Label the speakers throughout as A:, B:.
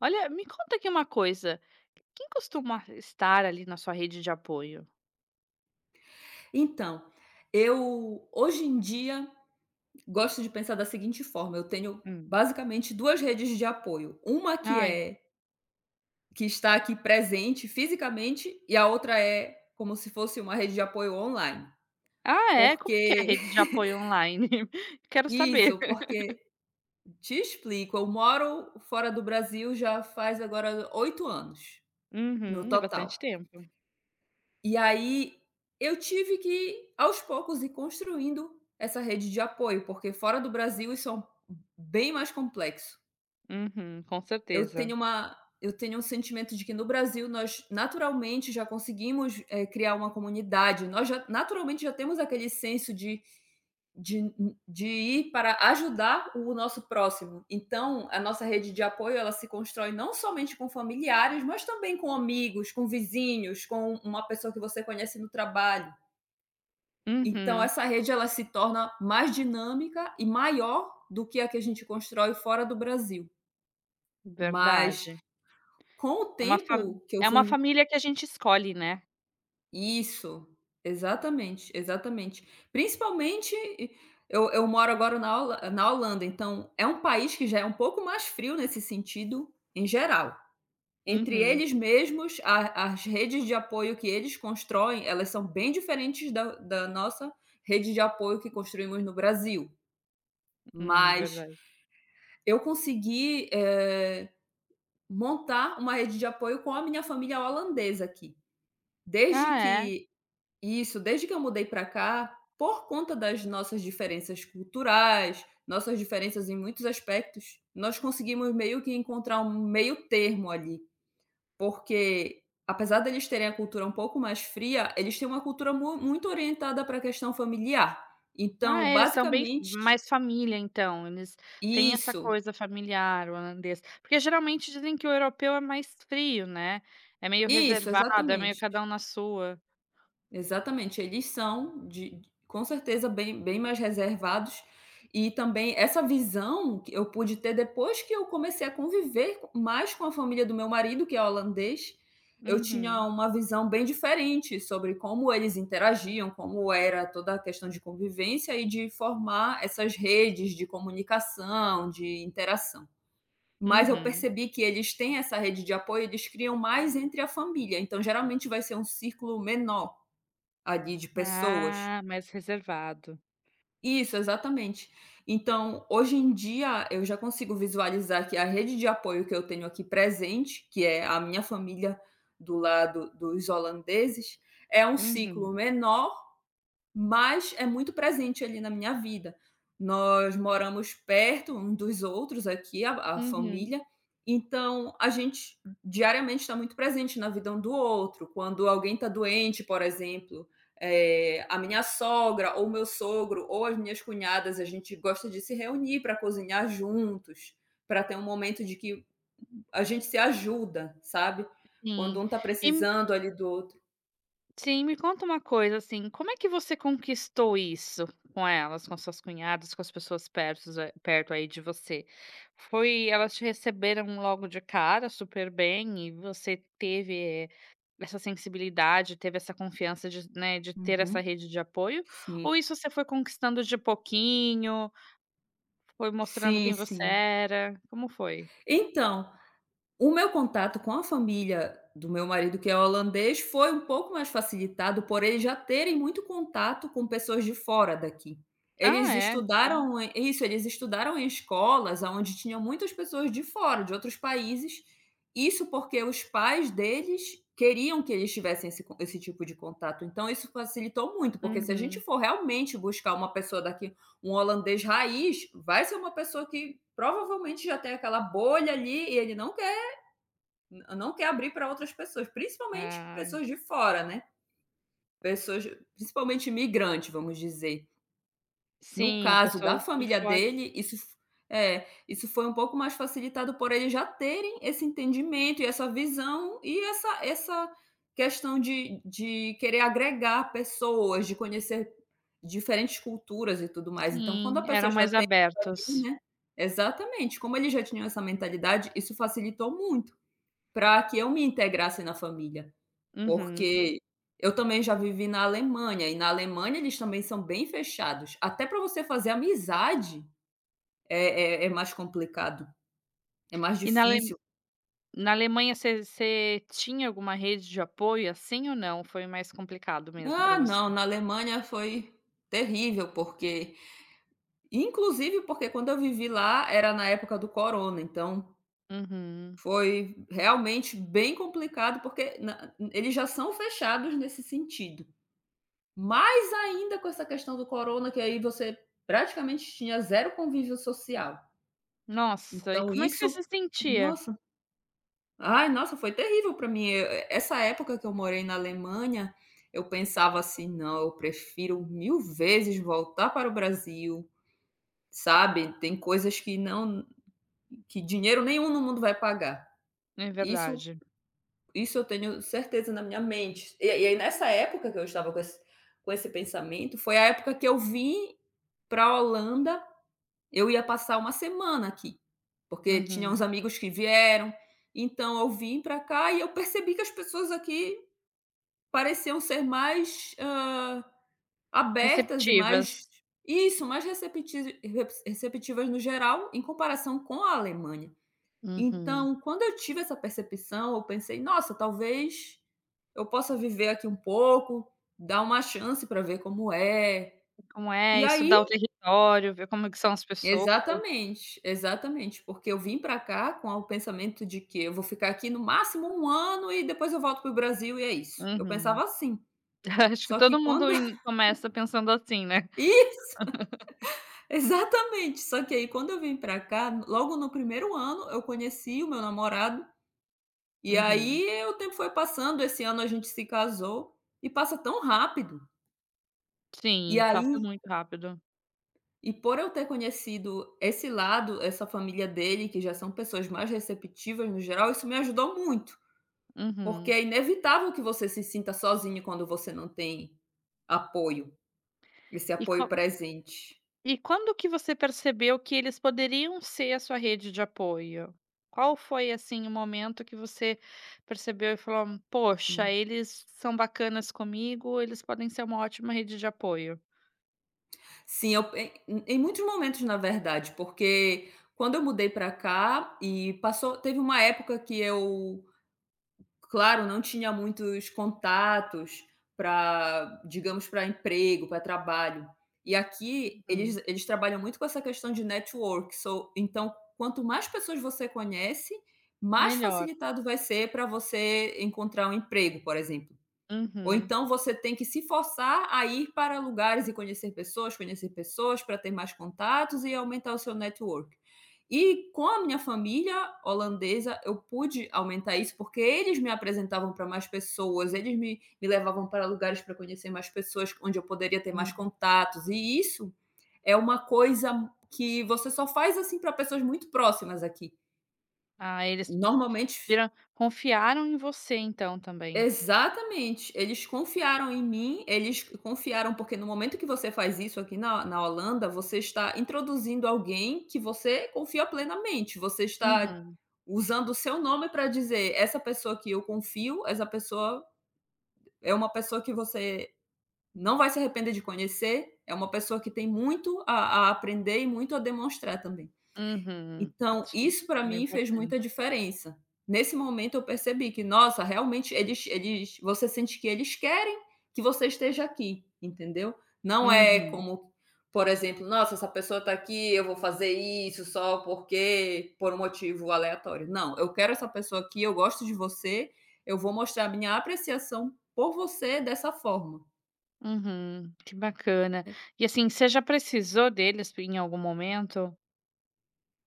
A: Olha, me conta aqui uma coisa, quem costuma estar ali na sua rede de apoio?
B: Então, eu hoje em dia gosto de pensar da seguinte forma, eu tenho
A: Hum.
B: basicamente 2 redes de apoio, uma que
A: Ai,
B: é que está aqui presente fisicamente e a outra é como se fosse uma rede de apoio online,
A: ah é? Como é que é a
B: porque
A: rede de apoio online? Quero saber.
B: isso, porque te explico, eu moro fora do Brasil já faz agora 8 anos no
A: Uhum, é
B: total.
A: bastante tempo.
B: E aí eu tive que, aos poucos, ir construindo essa rede de apoio, porque fora do Brasil isso é um bem mais complexo.
A: Uhum, com certeza.
B: Eu tenho um sentimento de que no Brasil nós naturalmente já conseguimos, criar uma comunidade, nós já naturalmente já temos aquele senso de de ir para ajudar o nosso próximo. Então, a nossa rede de apoio, ela se constrói não somente com familiares, mas também com amigos, com vizinhos, com uma pessoa que você conhece no trabalho. Então
A: Uhum,
B: essa rede, ela se torna mais dinâmica e maior do que a gente constrói fora do Brasil. Mas
A: verdade.
B: com o
A: É uma fa
B: tempo que eu
A: É uma
B: fui...
A: família que a gente escolhe, né.
B: Isso, exatamente, exatamente. Principalmente, eu moro agora na Holanda, então é um país que já é um pouco mais frio nesse sentido, em geral. Entre
A: Uhum,
B: eles mesmos, a as redes de apoio que eles constroem, elas são bem diferentes da nossa rede de apoio que construímos no Brasil. Mas
A: verdade.
B: eu consegui, montar uma rede de apoio com a minha família holandesa aqui. Desde
A: Ah é?
B: que Isso, desde que eu mudei para cá, por conta das nossas diferenças culturais, nossas diferenças em muitos aspectos, nós conseguimos meio que encontrar um meio termo ali, porque apesar deles terem a cultura um pouco mais fria, eles têm uma cultura mu muito orientada para a questão familiar.
A: Ah,
B: Então,
A: é, eles são bem
B: basicamente...
A: mais família então, eles têm essa
B: Isso,
A: coisa familiar, o holandês. Porque geralmente dizem que o europeu é mais frio, né, é meio
B: isso,
A: reservado, é meio
B: exatamente.
A: cada um na sua.
B: Exatamente, eles são de, com certeza, bem mais reservados. E também essa visão que eu pude ter depois que eu comecei a conviver mais com a família do meu marido, que é holandês, eu tinha
A: Uhum,
B: uma visão bem diferente sobre como eles interagiam, como era toda a questão de convivência e de formar essas redes de comunicação, de interação. Mas eu
A: uhum.
B: percebi que eles têm essa rede de apoio, eles criam mais entre a família, então geralmente vai ser um círculo menor ali de pessoas.
A: Ah, mais reservado.
B: Isso, exatamente. Então, hoje em dia, eu já consigo visualizar que a rede de apoio que eu tenho aqui presente, que é a minha família do lado dos holandeses, é um
A: Uhum,
B: ciclo menor, mas é muito presente ali na minha vida. Nós moramos perto um dos outros aqui, a
A: uhum,
B: família, então a gente diariamente está muito presente na vida um do outro. Quando alguém está doente, por exemplo, a minha sogra ou meu sogro ou as minhas cunhadas, a gente gosta de se reunir para cozinhar juntos, para ter um momento de que a gente se ajuda, sabe. Quando
A: sim.
B: um está
A: E
B: precisando ali do outro.
A: Sim, me conta uma coisa, assim, como é que você conquistou isso com elas, com suas cunhadas, com as pessoas perto aí de você? Foi, elas te receberam logo de cara super bem e você teve eh, essa sensibilidade, teve essa confiança de, né, de ter essa
B: Uhum.
A: rede de apoio?
B: Sim.
A: Ou isso você foi conquistando de pouquinho, foi mostrando
B: Sim,
A: quem você
B: sim.
A: era? Como foi?
B: Então, o meu contato com a família do meu marido, que é holandês, foi um pouco mais facilitado por eles já terem muito contato com pessoas de fora daqui.
A: Ah,
B: Eles
A: é? Então
B: estudaram em isso, eles estudaram em escolas aonde tinham muitas pessoas de fora, de outros países. Isso porque os pais deles queriam que eles tivessem esse tipo de contato. Então isso facilitou muito, porque se a gente
A: uhum.
B: for realmente buscar uma pessoa daqui, um holandês raiz, vai ser uma pessoa que provavelmente já tem aquela bolha ali e ele não quer abrir para outras pessoas, principalmente
A: Ah,
B: pessoas de fora, né? Pessoas, principalmente imigrantes, vamos dizer. No
A: sim,
B: caso da
A: pessoas de
B: família
A: fora.
B: dele, isso foi um pouco mais facilitado por eles já terem esse entendimento e essa visão e essa questão de querer agregar pessoas, de conhecer diferentes culturas e tudo mais. Então, quando
A: Sim,
B: a pessoa
A: eram
B: já
A: mais
B: tem,
A: abertos.
B: né? Exatamente, como eles já tinham essa mentalidade, isso facilitou muito para que eu me integrasse na família.
A: Uhum.
B: Porque eu também já vivi na Alemanha, e na Alemanha eles também são bem fechados. Até para você fazer amizade é mais complicado, é mais
A: E na Ale
B: difícil.
A: Na Alemanha, você tinha alguma rede de apoio, assim, ou não? Foi mais complicado mesmo para
B: Ah, não,
A: você?
B: na Alemanha foi terrível, porque inclusive porque quando eu vivi lá era na época do corona, então
A: Uhum.
B: foi realmente bem complicado, porque na... eles já são fechados nesse sentido. Mais ainda com essa questão do corona, que aí você praticamente tinha zero convívio social.
A: Nossa, e
B: Então,
A: como é que você
B: isso...
A: se sentia?
B: nossa, ai, nossa, foi terrível para mim. Essa época que eu morei na Alemanha, eu pensava assim: "Não, eu prefiro 1.000 vezes voltar para o Brasil", sabe. Tem coisas que não... que dinheiro nenhum no mundo vai pagar.
A: É
B: Isso
A: verdade.
B: isso, eu tenho certeza na minha mente. E aí nessa época que eu estava com esse pensamento, foi a época que eu vim para a Holanda. Eu ia passar uma semana aqui, porque tinha
A: Uhum.
B: uns amigos que vieram, então eu vim para cá e eu percebi que as pessoas aqui pareciam ser mais, abertas e
A: Receptivas.
B: mais... isso, mais receptivas no geral, em comparação com a Alemanha.
A: Uhum.
B: Então, quando eu tive essa percepção, eu pensei: "Nossa, talvez eu possa viver aqui um pouco, dar uma chance para ver como é".
A: Como
B: E
A: é
B: aí...
A: estudar o território, ver como é que são as pessoas.
B: Exatamente, exatamente, porque eu vim pra cá com o pensamento de que eu vou ficar aqui no máximo 1 ano e depois eu volto para o Brasil e é isso. Eu pensava
A: Uhum.
B: assim,
A: Acho que
B: só que
A: todo mundo
B: quando
A: in começa pensando assim, né.
B: i exatamente, só que aí quando eu vim pra cá, logo no 1º ano eu conheci o meu namorado, e
A: Uhum.
B: aí o tempo foi passando, esse ano a gente se casou, e passa tão rápido. E
A: Sim, passa
B: aí,
A: muito rápido.
B: e por eu ter conhecido esse lado, essa família dele, que já são pessoas mais receptivas no geral, isso me ajudou muito. Porque
A: Uhum.
B: é inevitável que você se sinta sozinho quando você não tem apoio, esse
A: E
B: apoio presente.
A: E quando que você percebeu que eles poderiam ser a sua rede de apoio? Qual foi, assim, o momento que você percebeu e falou: "Poxa,
B: Sim.
A: eles são bacanas comigo, eles podem ser uma ótima rede de apoio"?
B: Sim, eu... em muitos momentos, na verdade, porque quando eu mudei para cá e passou... teve uma época que eu... Claro, não tinha muitos contatos para, digamos, para emprego, para trabalho. E aqui
A: Uhum.
B: eles trabalham muito com essa questão de network, então quanto mais pessoas você conhece, mais
A: Melhor.
B: facilitado vai ser para você encontrar um emprego, por exemplo. Ou
A: Uhum,
B: então você tem que se forçar a ir para lugares e conhecer pessoas para ter mais contatos e aumentar o seu network. E com a minha família holandesa, eu pude aumentar isso porque eles me apresentavam para mais pessoas, eles me levavam para lugares para conhecer mais pessoas, onde eu poderia ter mais
A: uhum.
B: contatos. E isso é uma coisa que você só faz assim para pessoas muito próximas aqui.
A: Ah, eles
B: Normalmente...
A: viram, confiaram em você, então, também.
B: Exatamente, eles confiaram em mim, eles confiaram porque no momento que você faz isso aqui na Holanda, você está introduzindo alguém que você confia plenamente, você está
A: Uhum,
B: usando o seu nome para dizer: "Essa pessoa que eu confio, essa pessoa é uma pessoa que você não vai se arrepender de conhecer, é uma pessoa que tem muito a aprender e muito a demonstrar também".
A: uhum.
B: Então,
A: Isso
B: isso para
A: é bem
B: mim fez
A: importante.
B: muita diferença. Nesse momento eu percebi que, nossa, realmente eles eles você sente que eles querem que você esteja aqui, entendeu? Não é
A: Uhum,
B: como, por exemplo: "Nossa, essa pessoa está aqui, eu vou fazer isso só porque... por um motivo aleatório". Não, eu quero essa pessoa aqui, eu gosto de você, eu vou mostrar a minha apreciação por você dessa forma.
A: uhum. Que bacana. E, assim, você já precisou deles em algum momento?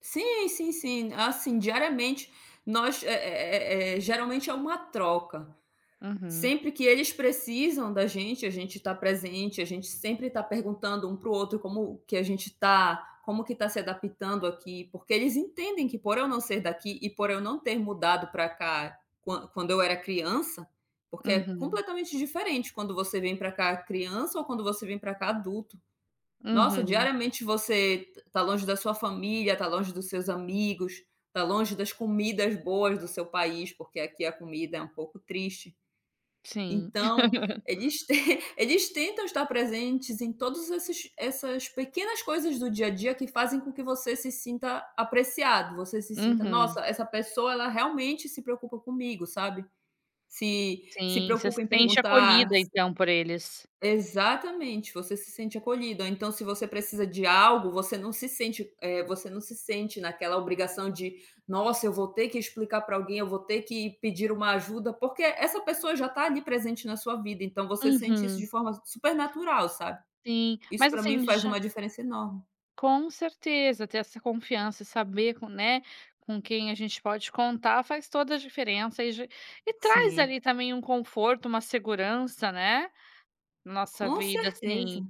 B: Sim, sim, sim. Assim, diariamente nós, geralmente é uma troca.
A: Uhum.
B: Sempre que eles precisam da gente, a gente está presente, a gente sempre está perguntando um para o outro como que a gente está, como que está se adaptando aqui, porque eles entendem que por eu não ser daqui e por eu não ter mudado para cá quando eu era criança, porque é
A: Uhum,
B: completamente diferente quando você vem para cá criança ou quando você vem para cá adulto. Nossa,
A: uhum,
B: diariamente você tá longe da sua família, tá longe dos seus amigos, tá longe das comidas boas do seu país, porque aqui a comida é um pouco triste.
A: sim.
B: Então, eles te... eles tentam estar presentes em todos esses essas pequenas coisas do dia a dia que fazem com que você se sinta apreciado, você se sinta:
A: Uhum,
B: "Nossa, essa pessoa ela realmente se preocupa comigo", sabe. Se
A: sim, você
B: preocupa
A: se
B: em
A: sente
B: perguntar...
A: acolhida então por eles.
B: Exatamente, você se sente acolhido, ou então se você precisa de algo, você não se sente, você não se sente naquela obrigação de: "Nossa, eu vou ter que explicar para alguém, eu vou ter que pedir uma ajuda", porque essa pessoa já está ali presente na sua vida, então você sente isso de
A: Uhum,
B: forma super natural, sabe.
A: sim.
B: Isso
A: Mas
B: para mim
A: assim,
B: faz
A: já
B: uma diferença enorme.
A: com certeza, ter essa confiança e saber com, né, com quem a gente pode contar faz toda a diferença e já e traz
B: Sim,
A: ali também um conforto, uma segurança, né, na nossa
B: com
A: vida,
B: certeza.
A: assim.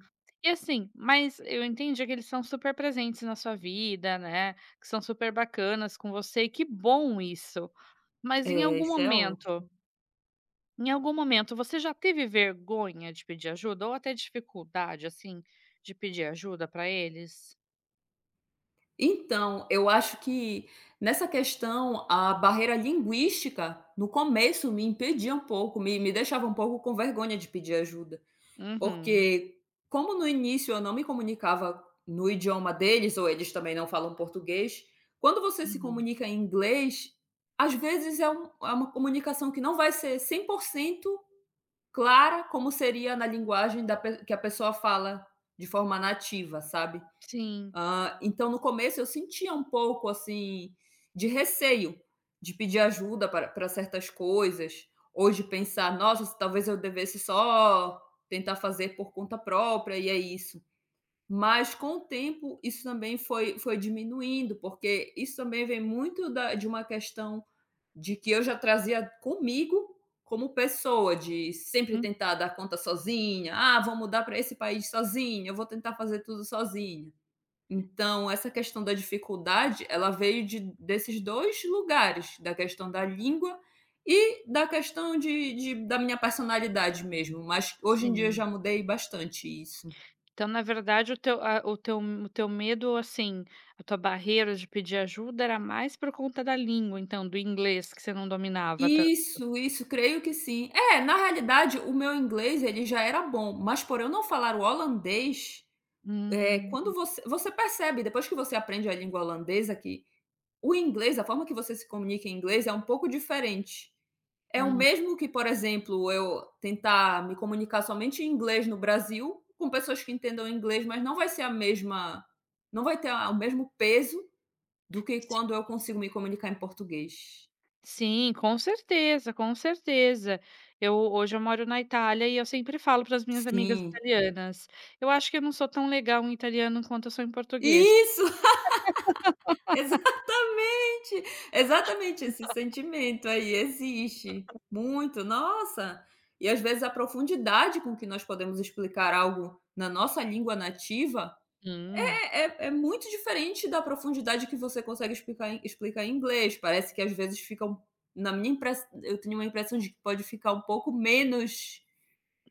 A: E assim, mas eu entendi que eles são super presentes na sua vida, né, que são super bacanas com você e que bom isso. Mas em
B: É,
A: algum
B: isso é
A: momento
B: ótimo.
A: Em algum momento, você já teve vergonha de pedir ajuda ou até dificuldade, assim, de pedir ajuda pra eles?
B: Então, eu acho que nessa questão a barreira linguística, no começo, me impedia um pouco, me deixava um pouco com vergonha de pedir ajuda,
A: Uhum,
B: porque como no início eu não me comunicava no idioma deles ou eles também não falam português, quando você se
A: uhum.
B: comunica em inglês, às vezes é uma comunicação que não vai ser 100% clara como seria na linguagem da pe que a pessoa fala de forma nativa, sabe.
A: Sim,
B: Então no começo eu sentia um pouco, assim, de receio de pedir ajuda para certas coisas, ou de pensar: "Nossa, talvez eu devesse só tentar fazer por conta própria e é isso". Mas com o tempo isso também foi diminuindo, porque isso também vem muito da de uma questão de que eu já trazia comigo como pessoa, de sempre
A: hum,
B: tentar dar conta sozinha: "Ah, vou mudar para esse país sozinha, eu vou tentar fazer tudo sozinha". Então, essa questão da dificuldade, ela veio de desses 2 lugares, da questão da língua e da questão de da minha personalidade mesmo, mas hoje em dia eu
A: sim.
B: já mudei bastante isso.
A: Então, na verdade, o teu medo, assim, a tua barreira de pedir ajuda era mais por conta da língua, então, do inglês que você não dominava tan
B: Isso, creio que sim. É, na realidade o meu inglês ele já era bom, mas por eu não falar o holandês,
A: hum,
B: quando você percebe depois que você aprende a língua holandesa que o inglês, a forma que você se comunica em inglês é um pouco diferente. É o
A: hum.
B: mesmo que, por exemplo, eu tentar me comunicar somente em inglês no Brasil, com pessoas que entendam inglês, mas não vai ser a mesma, não vai ter o mesmo peso do que quando eu consigo me comunicar em português.
A: Sim, com certeza, com certeza. Eu moro na Itália e eu sempre falo para as minhas amigas
B: Sim.
A: italianas: "Eu acho que eu não sou tão legal em italiano quanto eu sou em português".
B: Isso! Exatamente! Exatamente esse sentimento aí existe muito, nossa! E às vezes a profundidade com que nós podemos explicar algo na nossa língua nativa
A: "Hum,
B: é muito diferente da profundidade que você consegue explicar, explicar em inglês. Parece que às vezes fica um. Na minha impressão, eu tenho uma impressão de que pode ficar um pouco menos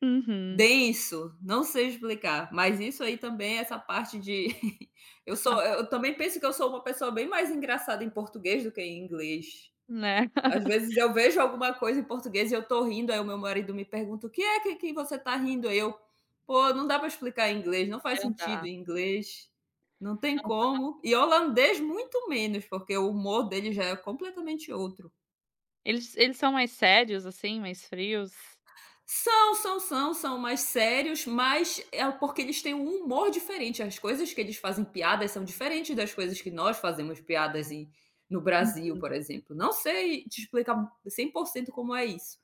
A: uhum".
B: denso, não sei explicar, mas isso aí também, é essa parte de. Eu também penso que eu sou uma pessoa bem mais engraçada em português do que em inglês.
A: Né.
B: Às vezes eu vejo alguma coisa em português e eu tô rindo, aí o meu marido me pergunta: "O que é que você tá rindo?" Aí eu: "Pô, não dá pra explicar em inglês, não faz
A: Não
B: sentido
A: dá.
B: em inglês, não tem
A: Não, não.
B: como". E holandês muito menos, porque o humor dele já é completamente outro.
A: Eles são mais sérios, assim, mais frios.
B: São, são, são, são mais sérios, mas é porque eles têm um humor diferente. As coisas que eles fazem piadas são diferentes das coisas que nós fazemos piadas em, no
A: Hum.
B: Brasil, por exemplo. Não sei te explicar 100% como é isso,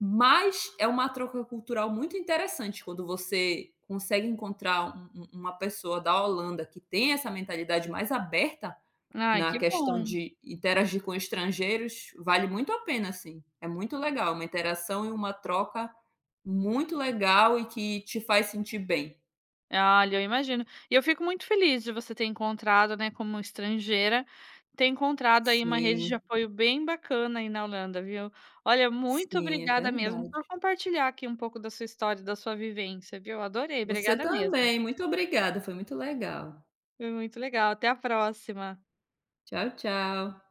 B: mas é uma troca cultural muito interessante quando você consegue encontrar uma pessoa da Holanda que tem essa mentalidade mais aberta
A: Ai,
B: na
A: que
B: questão
A: bom.
B: de interagir com estrangeiros, vale muito a pena, assim. É muito legal, uma interação e uma troca muito legal e que te faz sentir bem.
A: Olha, eu imagino. E eu fico muito feliz de você ter encontrado, né, como estrangeira, ter encontrado aí uma rede de
B: Sim,
A: apoio bem bacana aí na Holanda, viu. Olha, muito
B: sim, é
A: obrigada mesmo
B: verdade.
A: por compartilhar aqui um pouco da sua história, da sua vivência, viu. Adorei,
B: Você
A: obrigada mesmo.
B: também, muito obrigada, foi muito legal.
A: Foi muito legal, até a próxima.
B: Tchau, tchau.